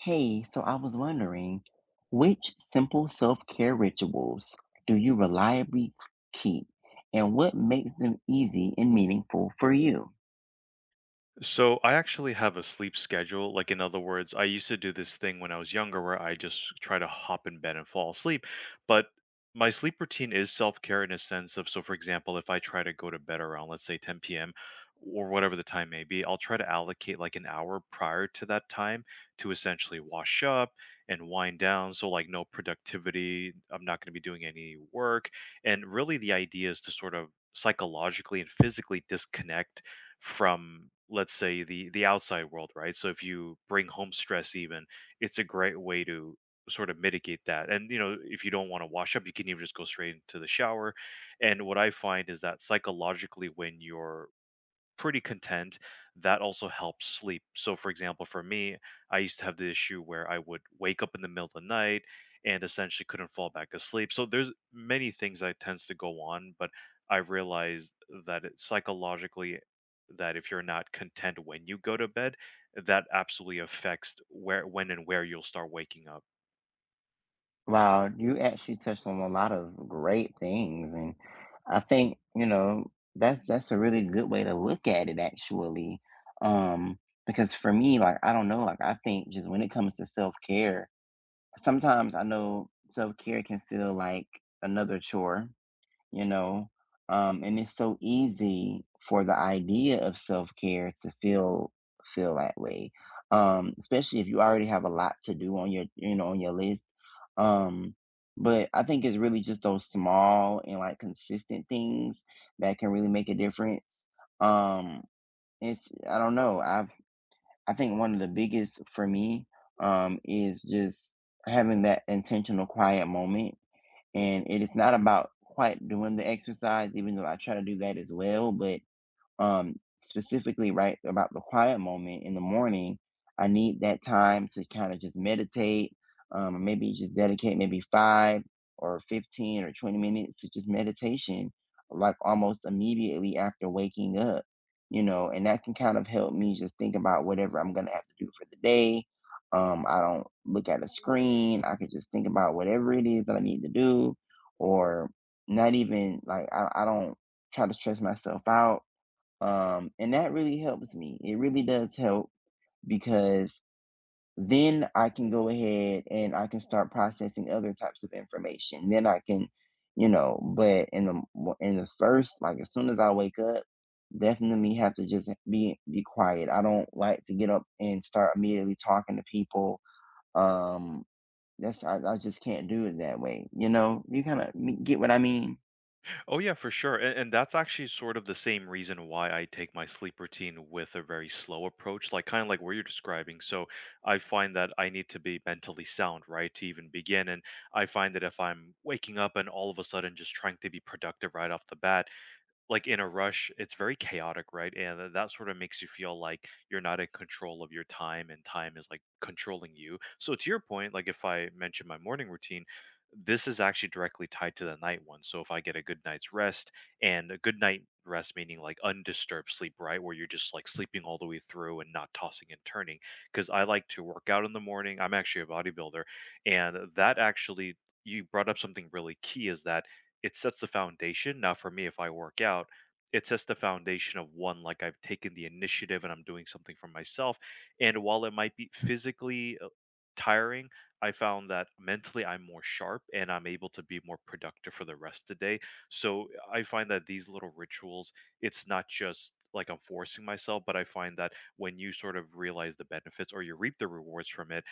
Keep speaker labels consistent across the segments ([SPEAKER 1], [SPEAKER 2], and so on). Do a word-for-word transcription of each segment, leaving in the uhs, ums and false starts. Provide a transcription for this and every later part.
[SPEAKER 1] Hey, so I was wondering, which simple self-care rituals do you reliably keep, and what makes them easy and meaningful for you?
[SPEAKER 2] So I actually have a sleep schedule. Like in other words, I used to do this thing when I was younger where I just try to hop in bed and fall asleep. But my sleep routine is self-care in a sense of, so for example, if I try to go to bed around, let's say, ten p m or whatever the time may be, I'll try to allocate like an hour prior to that time to essentially wash up and wind down. So like no productivity, I'm not going to be doing any work. And really the idea is to sort of psychologically and physically disconnect from, let's say, the the outside world, right? So if you bring home stress, even it's a great way to sort of mitigate that. And you know if you don't want to wash up, you can even just go straight into the shower. And what I find is that psychologically, when you're pretty content, that also helps sleep. So, for example, for me, I used to have the issue where I would wake up in the middle of the night and essentially couldn't fall back asleep. So, there's many things that tends to go on, but I realized that it, psychologically, that if you're not content when you go to bed, that absolutely affects where, when, and where you'll start waking up.
[SPEAKER 1] Wow, you actually touched on a lot of great things, and I think, you know, that's that's a really good way to look at it actually. Um, because for me, like I don't know, like I think just when it comes to self-care, sometimes I know self-care can feel like another chore, you know? Um, and it's so easy for the idea of self-care to feel feel that way. Um, especially if you already have a lot to do on your, you know, on your list. Um, but I think it's really just those small and like consistent things that can really make a difference. Um, it's I don't know. I've I think one of the biggest for me, um, is just having that intentional quiet moment. And it is not about quite doing the exercise, even though I try to do that as well. But um, specifically right about the quiet moment in the morning, I need that time to kind of just meditate, um, maybe just dedicate maybe five or fifteen or twenty minutes to just meditation, like almost immediately after waking up, you know, and that can kind of help me just think about whatever I'm going to have to do for the day. Um, I don't look at a screen. I could just think about whatever it is that I need to do, or not even like I, I don't try to stress myself out, um, and that really helps me. It really does help because then I can go ahead and I can start processing other types of information. Then I can, you know, but in the mo- in the first, like as soon as I wake up, definitely have to just be be quiet. I don't like to get up and start immediately talking to people. Um, that's I, I just can't do it that way. You know, you kind of get what I mean.
[SPEAKER 2] Oh yeah, for sure. And, and that's actually sort of the same reason why I take my sleep routine with a very slow approach, like kind of like what you're describing. So I find that I need to be mentally sound, right, to even begin. And I find that if I'm waking up and all of a sudden just trying to be productive right off the bat, like in a rush, it's very chaotic, right? And tha- that sort of makes you feel like you're not in control of your time and time is like controlling you. So to your point, like if I mention my morning routine, this is actually directly tied to the night one. So if I get a good night's rest, and a good night rest meaning like undisturbed sleep, right? Where you're just like sleeping all the way through and not tossing and turning. Cause I like to work out in the morning. I'm actually a bodybuilder. And that actually, you brought up something really key, is that it sets the foundation. Now, for me, if I work out, it sets the foundation of, one, like I've taken the initiative and I'm doing something for myself. And while it might be physically uh, tiring, I found that mentally I'm more sharp and I'm able to be more productive for the rest of the day. So I find that these little rituals, it's not just like I'm forcing myself, but I find that when you sort of realize the benefits or you reap the rewards from it,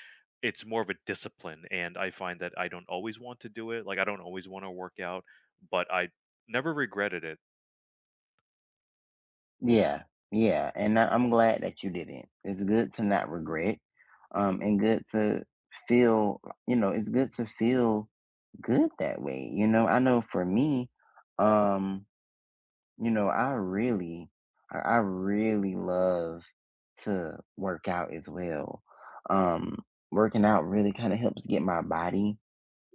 [SPEAKER 2] it's more of a discipline. And I find that I don't always want to do it. Like I don't always want to work out, but I never regretted it.
[SPEAKER 1] Yeah, yeah, and I, I'm glad that you didn't. It's good to not regret, um, and good to feel. You know, it's good to feel good that way. You know, I know for me, um, you know, I really, I, I really love to work out as well. Um, Working out really kind of helps get my body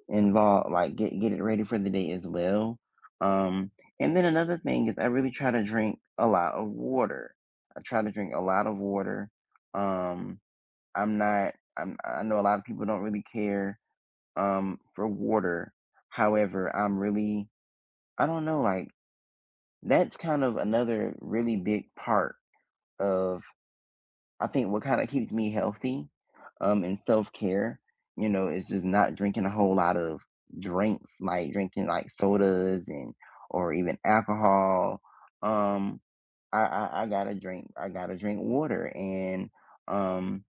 [SPEAKER 1] involve like get get it ready for the day as well. Um, and then another thing is I really try to drink a lot of water. I try to drink a lot of water. Um, I'm not. I'm, I know a lot of people don't really care, um, for water. However, I'm really. I don't know. Like that's kind of another really big part of I think what kinda keeps me healthy, um, and self-care, you know, is just not drinking a whole lot of drinks, like drinking, like, sodas and or even alcohol. Um, I I I gotta drink I gotta drink water and, um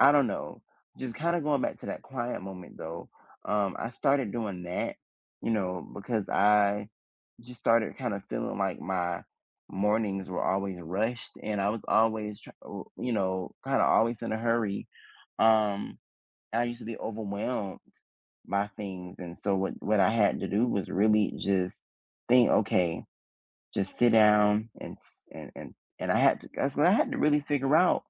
[SPEAKER 1] I don't know. Just kinda going back to that quiet moment though, um, I started doing that, you know, because I just started kinda feeling like my mornings were always rushed and I was always try oh, you know, kinda always in a hurry. Um, I used to be overwhelmed by things, and so what what I had to do was really just think, "Okay, just sit down and s" and and and I had to that's what I had to really figure out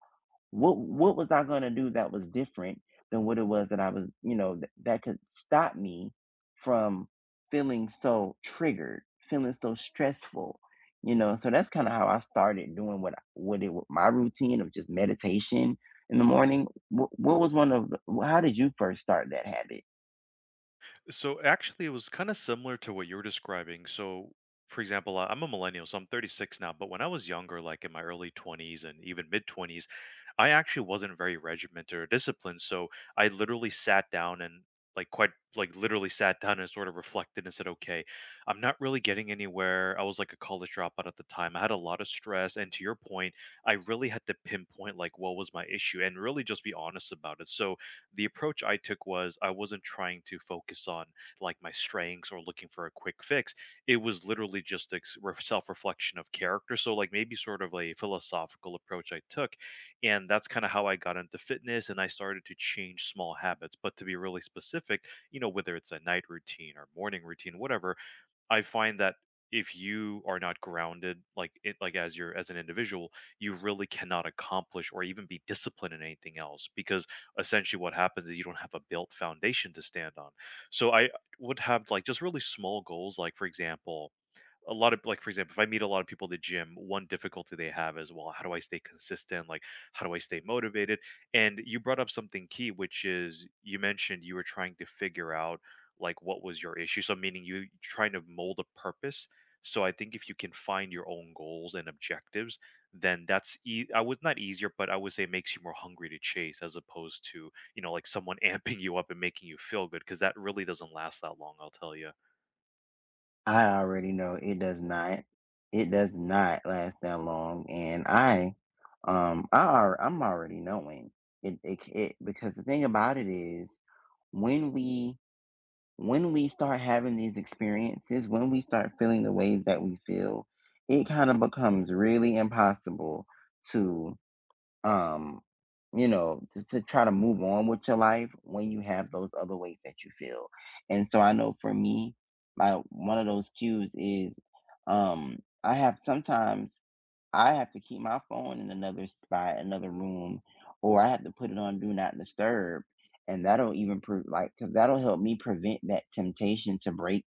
[SPEAKER 1] what what was I gonna do that was different than what it was that I was, you know, th- that could stop me from feeling so triggered, feeling so stressful, you know? So that's kind of how I started doing what I- what it wa- my routine of just meditation in the morning. What, what was one of the, how did you first start that habit?
[SPEAKER 2] So actually, it was kind of similar to what you were describing. So, for example, I- I'm a millennial, so I'm thirty-six now. But when I was younger, like in my early twenties and even mid twenties, I actually wasn't very regimented or disciplined. So I literally sat down and, like, quite like literally sat down and sort of reflected and said, okay, I'm not really getting anywhere. I was like a college dropout at the time. I had a lot of stress, and to your point, I really had to pinpoint like what was my issue and really just be honest about it. So the approach I took was I wasn't trying to focus on like my strengths or looking for a quick fix. It was literally just a self reflection of character. So, like, maybe sort of a philosophical approach I took. And that's kind of how I got into fitness and I started to change small habits. But to be really specific, you know, whether it's a night routine or morning routine, whatever, I find that if you are not grounded, like it, like as your as an individual, you really cannot accomplish or even be disciplined in anything else, because essentially what happens is you don't have a built foundation to stand on. So I would have like just really small goals, like for example, a lot of like for example, if I meet a lot of people at the gym, one difficulty they have is, well, how do I stay consistent, like how do I stay motivated? And you brought up something key, which is you mentioned you were trying to figure out like what was your issue, so meaning you trying to mold a purpose. So I think if you can find your own goals and objectives, then that's e- I would not easier, but I would say makes you more hungry to chase, as opposed to, you know, like someone amping you up and making you feel good, because that really doesn't last that long, I'll tell you.
[SPEAKER 1] I already know it does not. It does not last that long, and I, um, I alr I'm already knowing it. It, c- it, because the thing about it is when we when we start having these experiences, when we start feeling the ways that we feel, it kind of becomes really impossible to, um, you know, just to try to move on with your life when you have those other ways that you feel. And so I know for me, like one of those cues is, um I have sometimes I have to keep my phone in another spot, another room, or I have to put it on do not disturb. And that'll even prove like because that'll help me prevent that temptation to break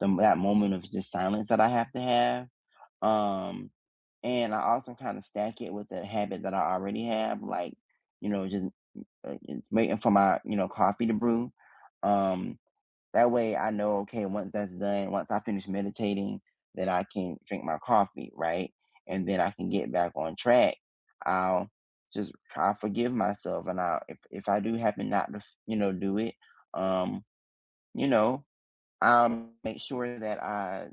[SPEAKER 1] the, that moment of just silence that I have to have, um, and I also kind of stack it with a habit that I already have, like, you know, just uh, just waiting for my, you know, coffee to brew. Um, that way I know, okay, once that's done, once I finish meditating, then I can drink my coffee, right? And then I can get back on track. I'll just try forgive myself. And I'll, if, if I do happen not to, you know, do it, um, you know, I'll make sure that I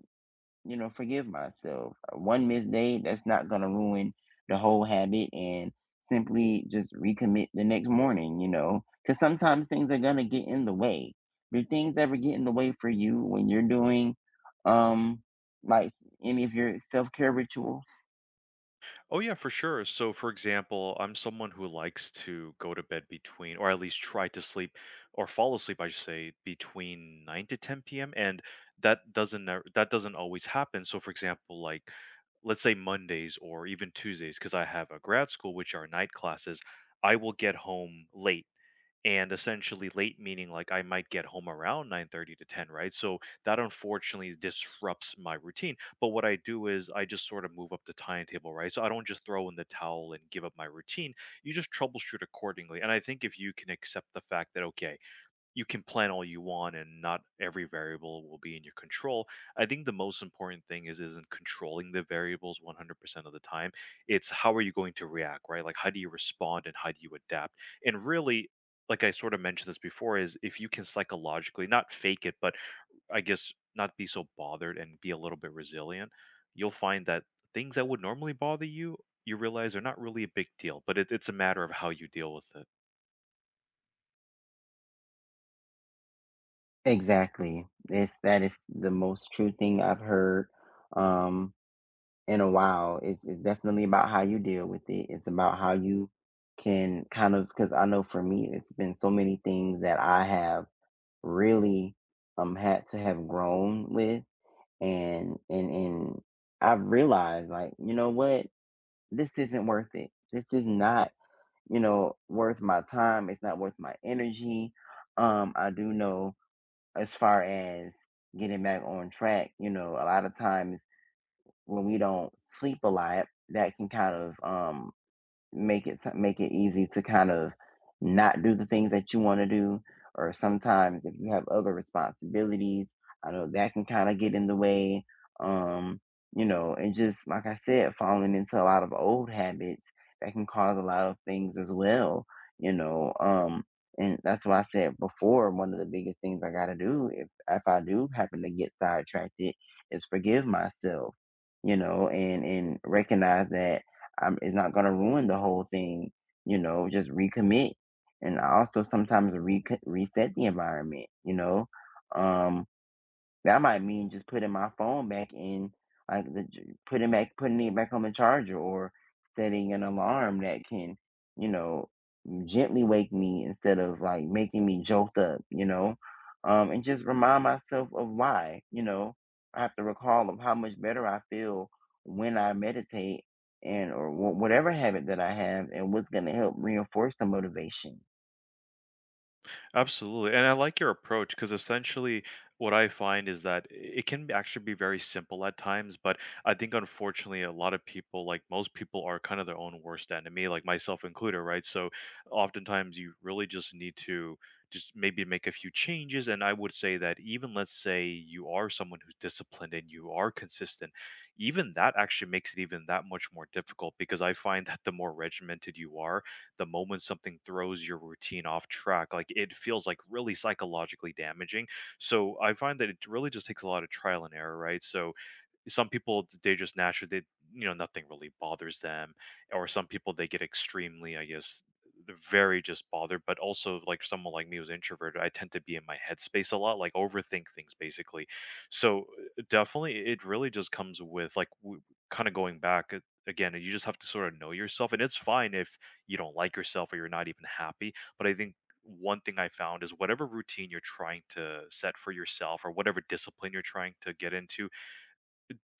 [SPEAKER 1] you know, forgive myself. Uh, One missed day, that's not going to ruin the whole habit, and simply just recommit the next morning, you know, because sometimes things are going to get in the way. Do things ever get in the way for you when you're doing, um, like any of your self care rituals?
[SPEAKER 2] Oh yeah, for sure. So for example, I'm someone who likes to go to bed between, or at least try to sleep or fall asleep, I should say, between nine to ten p m And that doesn't nev- that doesn't always happen. So for example, like let's say Mondays or even Tuesdays, because I have a grad school which are night classes, I will get home late, and essentially late meaning like I might get home around nine thirty to ten, right? So that unfortunately disrupts my routine, but what I do is I just sort of move up the timetable, right? So I don't just throw in the towel and give up my routine. You just troubleshoot accordingly. And I think if you can accept the fact that, okay, you can plan all you want and not every variable will be in your control. I think the most important thing is isn't controlling the variables one hundred percent of the time. It's how are you going to react, right? Like how do you respond and how do you adapt? And really, like I sort of mentioned this before, is if you can psychologically not fake it, but I guess not be so bothered and be a little bit resilient, you'll find that things that would normally bother you, you realize are not really a big deal, but it, it's a matter of how you deal with it.
[SPEAKER 1] Exactly. It's that is the most true thing I've heard. Um, in a while. It's it's definitely about how you deal with it. It's about how you can kind of because I know for me, it's been so many things that I have really, um had to have grown with, and and and I've realized like you know what, this isn't worth it. This is not, you know, worth my time. It's not worth my energy. Um, I do know as far as getting back on track, you know, a lot of times when we don't sleep a lot, that can kind of, um, make it so- make it easy to kind of not do the things that you want to do, or sometimes if you have other responsibilities, I know that can kind of get in the way, um you know, and just like I said, falling into a lot of old habits that can cause a lot of things as well, you know, um and that's why I said before, one of the biggest things I got to do, if if I do happen to get sidetracked, is forgive myself, you know, and and recognize that, um, it's not going to ruin the whole thing. You know, just recommit, and I also sometimes re- reset the environment. You know, um, that might mean just putting my phone back in, like the j- putting back putting it back on the charger, or setting an alarm that can, you know, gently wake me instead of like making me jolt up, you know, um, and just remind myself of why, you know, I have to recall of how much better I feel when I meditate, and or wh- whatever habit that I have, and what's going to help reinforce the motivation.
[SPEAKER 2] Absolutely. And I like your approach because essentially what I find is that it can actually be very simple at times, but I think unfortunately a lot of people, like most people, are kind of their own worst enemy, like myself included, right? So oftentimes you really just need to just maybe make a few changes. And I would say that even, let's say you are someone who's disciplined and you are consistent, even that actually makes it even that much more difficult because I find that the more regimented you are, the moment something throws your routine off track, like it feels like really psychologically damaging. So I find that it really just takes a lot of trial and error, right? So some people, they just naturally they, you know, nothing really bothers them. Or some people, they get extremely, I guess, they're very just bothered. But also like someone like me who's introverted, I tend to be in my headspace a lot, like overthink things basically. So uh, definitely, it really just comes with like w- kind of going back, uh, again, you just have to sort of know yourself. And it's fine if you don't like yourself or you're not even happy, but I think one thing I found is whatever routine you're trying to set for yourself or whatever discipline you're trying to get into,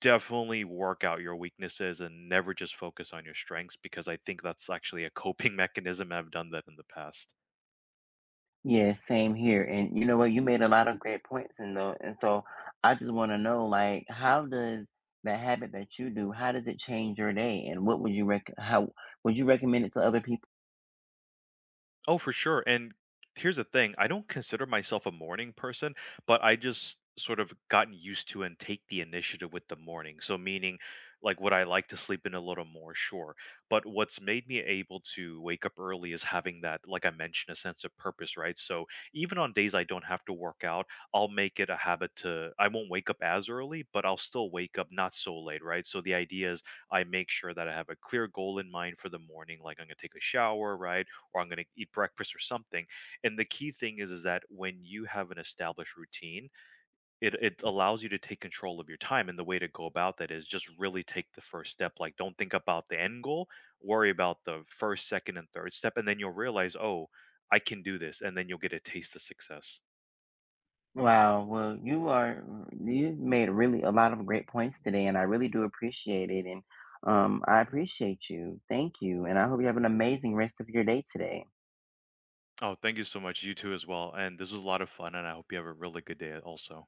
[SPEAKER 2] definitely work out your weaknesses and never just focus on your strengths, because I think that's actually a coping mechanism. I've done that in the past.
[SPEAKER 1] Yeah, same here. And you know what, you made a lot of great points in though. And so I just want to know, like, how does the habit that you do, how does it change your day, and what would you rec how would you recommend it to other people?
[SPEAKER 2] Oh, for sure. And here's the thing, I don't consider myself a morning person, but I just sort of gotten used to and take the initiative with the morning. So meaning, like, would I like to sleep in a little more? Sure, but what's made me able to wake up early is having that, like I mentioned, a sense of purpose, right? So even on days I don't have to work out, I'll make it a habit to, I won't wake up as early, but I'll still wake up not so late, right? So the idea is I make sure that I have a clear goal in mind for the morning, like I'm gonna take a shower, right? Or I'm going to eat breakfast or something. And the key thing is is that when you have an established routine, it it allows you to take control of your time. And the way to go about that is just really take the first step. Like don't think about the end goal, worry about the first, second, and third step, and then you'll realize, oh, I can do this, and then you'll get a taste of success.
[SPEAKER 1] Wow, well, you are, you made really a lot of great points today, and I really do appreciate it. And um, I appreciate you. Thank you, and I hope you have an amazing rest of your day today.
[SPEAKER 2] Oh, thank you so much. You too as well. And this was a lot of fun, and I hope you have a really good day also.